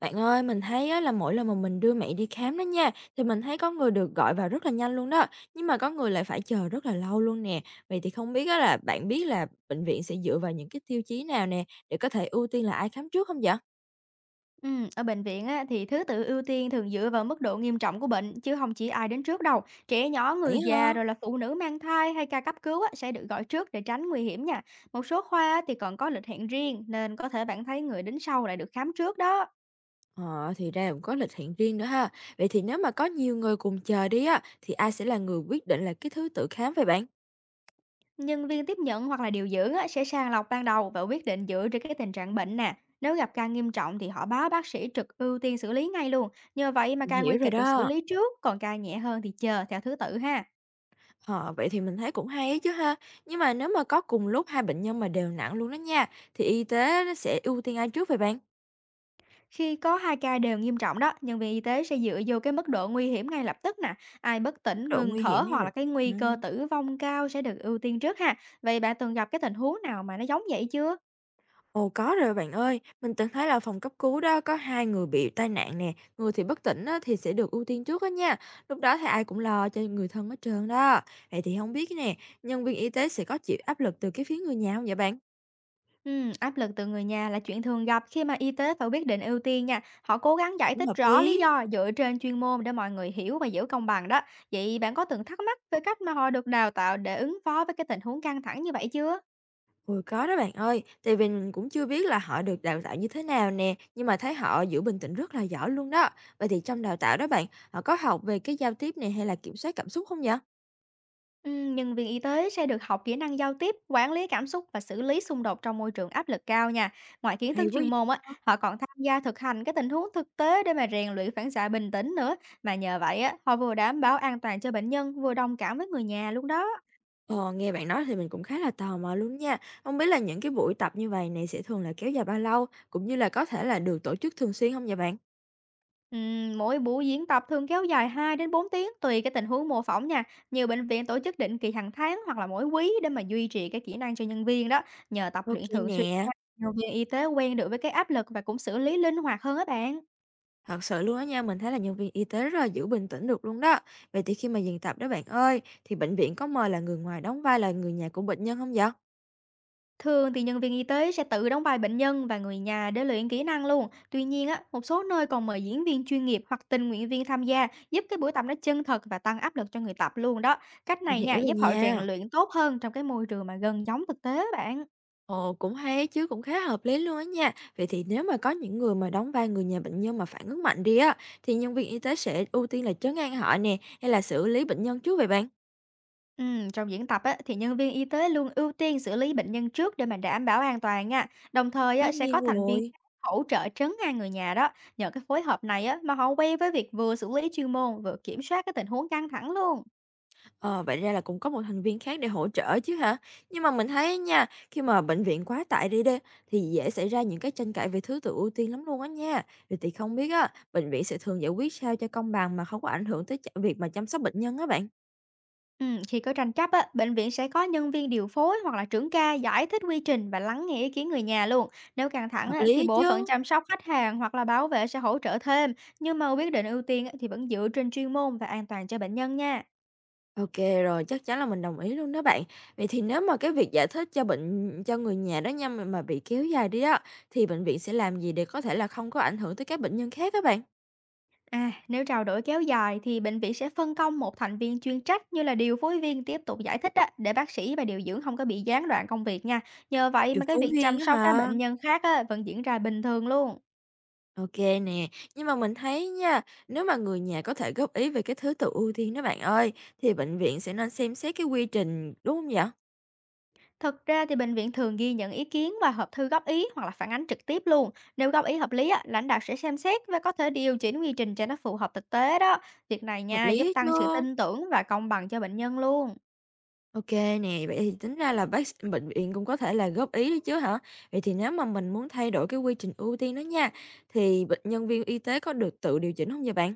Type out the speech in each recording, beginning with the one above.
Bạn ơi, mình thấy á là mỗi lần mà mình đưa mẹ đi khám đó nha, thì mình thấy có người được gọi vào rất là nhanh luôn đó, nhưng mà có người lại phải chờ rất là lâu luôn nè. Vậy thì không biết á là bạn biết là bệnh viện sẽ dựa vào những cái tiêu chí nào nè để có thể ưu tiên là ai khám trước không vậy? Ở bệnh viện á, thì thứ tự ưu tiên thường dựa vào mức độ nghiêm trọng của bệnh chứ không chỉ ai đến trước đâu. Trẻ nhỏ, Vậy người già ha? rồi là phụ nữ mang thai hay ca cấp cứu á, sẽ được gọi trước để tránh nguy hiểm nha. Một số khoa á, thì còn có lịch hẹn riêng nên có thể bạn thấy người đến sau lại được khám trước đó. Ờ, thì ra cũng có lịch hẹn riêng nữa ha. Vậy thì nếu mà có nhiều người cùng chờ đi á, thì ai sẽ là người quyết định là cái thứ tự khám vậy bạn? Nhân viên tiếp nhận hoặc là điều dưỡng á, sẽ sàng lọc ban đầu và quyết định dựa trên cái tình trạng bệnh nè. Nếu gặp ca nghiêm trọng thì họ báo bác sĩ trực ưu tiên xử lý ngay luôn. Nhờ vậy mà Mình ca nguy hiểu rồi kịch được xử đó. lý trước, còn ca nhẹ hơn thì chờ theo thứ tự ha. Ờ, vậy thì mình thấy cũng hay ấy chứ ha. Nhưng mà nếu mà có cùng lúc hai bệnh nhân mà đều nặng luôn đó nha, thì y tế nó sẽ ưu tiên ai trước vậy bạn? Khi có 2 ca đều nghiêm trọng đó, nhân viên y tế sẽ dựa vô cái mức độ nguy hiểm ngay lập tức nè. Ai bất Mức tỉnh, độ ngừng nguy thở hiểm ngay hoặc là lập cái tức nguy hả? cơ tử vong cao sẽ được ưu tiên trước ha. Vậy bạn từng gặp cái tình huống nào mà nó giống vậy chưa? Ồ có rồi bạn ơi, mình từng thấy là phòng cấp cứu đó có hai người bị tai nạn nè, người thì bất tỉnh á, thì sẽ được ưu tiên trước đó nha. Lúc đó thì ai cũng lo cho người thân hết trơn đó. Vậy thì không biết nè, nhân viên y tế sẽ có chịu áp lực từ cái phía người nhà không vậy bạn? Áp lực từ người nhà là chuyện thường gặp khi mà y tế phải quyết định ưu tiên nha. Họ cố gắng giải Cũng thích hợp rõ lý lý. do dựa trên chuyên môn để mọi người hiểu và giữ công bằng đó. Vậy bạn có từng thắc mắc về cách mà họ được đào tạo để ứng phó với cái tình huống căng thẳng như vậy chưa? Ôi, có đó bạn ơi, tại vì mình cũng chưa biết là họ được đào tạo như thế nào nè, nhưng mà thấy họ giữ bình tĩnh rất là giỏi luôn đó. Vậy thì trong đào tạo đó bạn, họ có học về cái giao tiếp này hay là kiểm soát cảm xúc không vậy? Nhân viên y tế sẽ được học kỹ năng giao tiếp, quản lý cảm xúc và xử lý xung đột trong môi trường áp lực cao nha. Ngoài kiến Hay thức quá chuyên vậy. môn á, họ còn tham gia thực hành các tình huống thực tế để mà rèn luyện phản xạ bình tĩnh nữa. Mà nhờ vậy á, họ vừa đảm bảo an toàn cho bệnh nhân, vừa đồng cảm với người nhà luôn đó. Ờ, nghe bạn nói thì mình cũng khá là tò mò luôn nha. Không biết là những cái buổi tập như vậy này sẽ thường là kéo dài bao lâu, cũng như là có thể là được tổ chức thường xuyên không vậy bạn? Mỗi buổi diễn tập thường kéo dài 2 đến 4 tiếng tùy cái tình huống mô phỏng nha. Nhiều bệnh viện tổ chức định kỳ hàng tháng hoặc là mỗi quý để mà duy trì cái kỹ năng cho nhân viên đó. Nhờ tập Ok luyện thường xuyên, nè, nhân viên y tế quen được với cái áp lực và cũng xử lý linh hoạt hơn á bạn. thật sự luôn đó nha, mình thấy là nhân viên y tế rất là giữ bình tĩnh được luôn đó. Vậy thì khi mà dừng tập đó bạn ơi, thì bệnh viện có mời là người ngoài đóng vai là người nhà của bệnh nhân không vậy? Thường thì nhân viên y tế sẽ tự đóng vai bệnh nhân và người nhà để luyện kỹ năng luôn. Tuy nhiên á, một số nơi còn mời diễn viên chuyên nghiệp hoặc tình nguyện viên tham gia giúp cái buổi tập nó chân thật và tăng áp lực cho người tập luôn đó. Cách Mình này nha, hiểu rồi giúp họ rèn nha. luyện tốt hơn trong cái môi trường mà gần giống thực tế á bạn. Ồ, cũng hay ấy chứ, cũng khá hợp lý luôn á nha. Vậy thì nếu mà có những người mà đóng vai người nhà bệnh nhân mà phản ứng mạnh đi á, thì nhân viên y tế sẽ ưu tiên là trấn an họ nè, hay là xử lý bệnh nhân trước vậy bạn? Trong diễn tập á, thì nhân viên y tế luôn ưu tiên xử lý bệnh nhân trước để mà đảm bảo an toàn nha. Đồng thời á, Tất sẽ có nhiên thành viên rồi. hỗ trợ trấn an người nhà đó. Nhờ cái phối hợp này á, mà họ quen với việc vừa xử lý chuyên môn vừa kiểm soát cái tình huống căng thẳng luôn. Ờ, vậy ra là cũng có một thành viên khác để hỗ trợ chứ hả? Nhưng mà mình thấy á nha, khi mà bệnh viện quá tải đi đi, thì dễ xảy ra những cái tranh cãi về thứ tự ưu tiên lắm luôn á nha. Vậy thì không biết á, bệnh viện sẽ thường giải quyết sao cho công bằng mà không có ảnh hưởng tới việc mà chăm sóc bệnh nhân á bạn. Khi có tranh chấp á, bệnh viện sẽ có nhân viên điều phối hoặc là trưởng ca giải thích quy trình và lắng nghe ý kiến người nhà luôn. Nếu căng thẳng Hợp á, lý thì ấy bộ phận chứ. chăm sóc khách hàng hoặc là bảo vệ sẽ hỗ trợ thêm, nhưng mà quyết định ưu tiên á, thì vẫn dựa trên chuyên môn và an toàn cho bệnh nhân nha. OK, rồi, chắc chắn là mình đồng ý luôn đó bạn. Vậy thì nếu mà cái việc giải thích cho bệnh cho người nhà đó nha, mà bị kéo dài đi đó, thì bệnh viện sẽ làm gì để có thể là không có ảnh hưởng tới các bệnh nhân khác các bạn? À, nếu trao đổi kéo dài thì bệnh viện sẽ phân công một thành viên chuyên trách như là điều phối viên tiếp tục giải thích á, để bác sĩ và điều dưỡng không có bị gián đoạn công việc nha. Nhờ vậy Điều mà cái phối việc viên chăm á sóc các hả? bệnh nhân khác á, vẫn diễn ra bình thường luôn. OK nè, nhưng mà mình thấy nha, nếu mà người nhà có thể góp ý về cái thứ tự ưu tiên đó bạn ơi, thì bệnh viện sẽ nên xem xét cái quy trình, đúng không vậy? Thực ra thì bệnh viện thường ghi nhận ý kiến và hộp thư góp ý hoặc là phản ánh trực tiếp luôn. Nếu góp ý hợp lý, á, lãnh đạo sẽ xem xét và có thể điều chỉnh quy trình cho nó phù hợp thực tế đó. Việc này Hợp nha, lý giúp á tăng sự chứ? tin tưởng và công bằng cho bệnh nhân luôn. OK nè, vậy thì tính ra là bác s bệnh viện cũng có thể là góp ý đấy chứ hả? Vậy thì nếu mà mình muốn thay đổi cái quy trình ưu tiên đó nha, thì bệnh nhân viên y tế có được tự điều chỉnh không vậy bạn?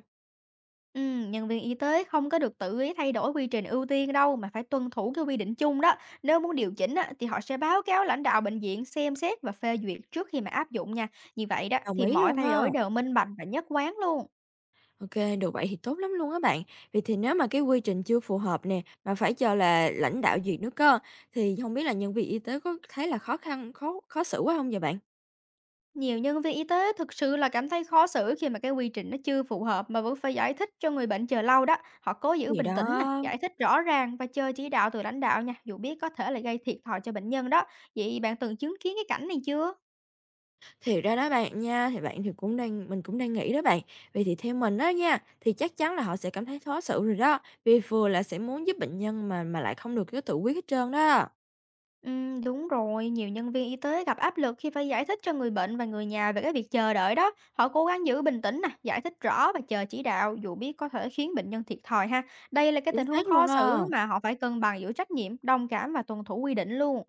Ừ, nhân viên y tế không có được tự ý thay đổi quy trình ưu tiên đâu mà phải tuân thủ cái quy định chung đó. Nếu muốn điều chỉnh á, thì họ sẽ báo cáo lãnh đạo bệnh viện xem xét và phê duyệt trước khi mà áp dụng nha. Như vậy đó Đồng thì ý mọi luôn thay á. đổi đều minh bạch và nhất quán luôn. OK kê, được vậy thì tốt lắm luôn á bạn. Vậy thì nếu mà cái quy trình chưa phù hợp nè, mà phải chờ là lãnh đạo duyệt nữa cơ, thì không biết là nhân viên y tế có thấy là khó khăn khó khó xử quá không vậy bạn? Nhiều nhân viên y tế thực sự là cảm thấy khó xử khi mà cái quy trình nó chưa phù hợp mà vẫn phải giải thích cho người bệnh chờ lâu đó. Họ cố giữ Thì bình tĩnh nè, đó. giải thích rõ ràng và chờ chỉ đạo từ lãnh đạo nha, dù biết có thể là gây thiệt thòi cho bệnh nhân đó. Vậy bạn từng chứng kiến cái cảnh này chưa? Thì ra đó bạn nha, thì bạn thì cũng đang mình cũng đang nghĩ đó bạn. Vậy thì theo mình đó nha, thì chắc chắn là họ sẽ cảm thấy khó xử rồi đó, vì vừa là sẽ muốn giúp bệnh nhân mà lại không được cái tự quyết hết trơn đó. Ừ, đúng rồi, nhiều nhân viên y tế gặp áp lực khi phải giải thích cho người bệnh và người nhà về cái việc chờ đợi đó. Họ cố gắng giữ bình tĩnh nè, giải thích rõ và chờ chỉ đạo dù biết có thể khiến bệnh nhân thiệt thòi ha. Đây là cái Chính tình huống xác luôn khó xử đó. mà họ phải cân bằng giữa trách nhiệm, đồng cảm và tuân thủ quy định luôn.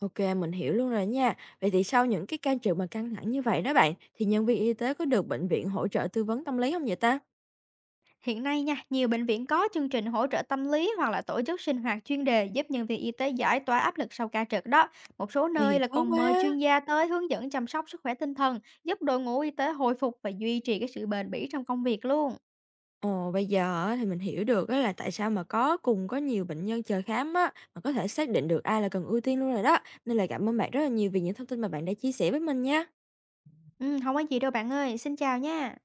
OK mình hiểu luôn rồi nha. Vậy thì sau những cái ca trực mà căng thẳng như vậy đó bạn, thì nhân viên y tế có được bệnh viện hỗ trợ tư vấn tâm lý không vậy ta? Hiện nay nha, nhiều bệnh viện có chương trình hỗ trợ tâm lý hoặc là tổ chức sinh hoạt chuyên đề giúp nhân viên y tế giải tỏa áp lực sau ca trực đó. Một số Vậy nơi thì là tốt còn quá. mời chuyên gia tới hướng dẫn chăm sóc sức khỏe tinh thần, giúp đội ngũ y tế hồi phục và duy trì cái sự bền bỉ trong công việc luôn. Ồ, bây giờ á thì mình hiểu được á là tại sao mà có nhiều bệnh nhân chờ khám á, mà có thể xác định được ai là cần ưu tiên luôn rồi đó. Nên là cảm ơn bạn rất là nhiều vì những thông tin mà bạn đã chia sẻ với mình nha. Ừ, không có gì đâu bạn ơi, xin chào nha.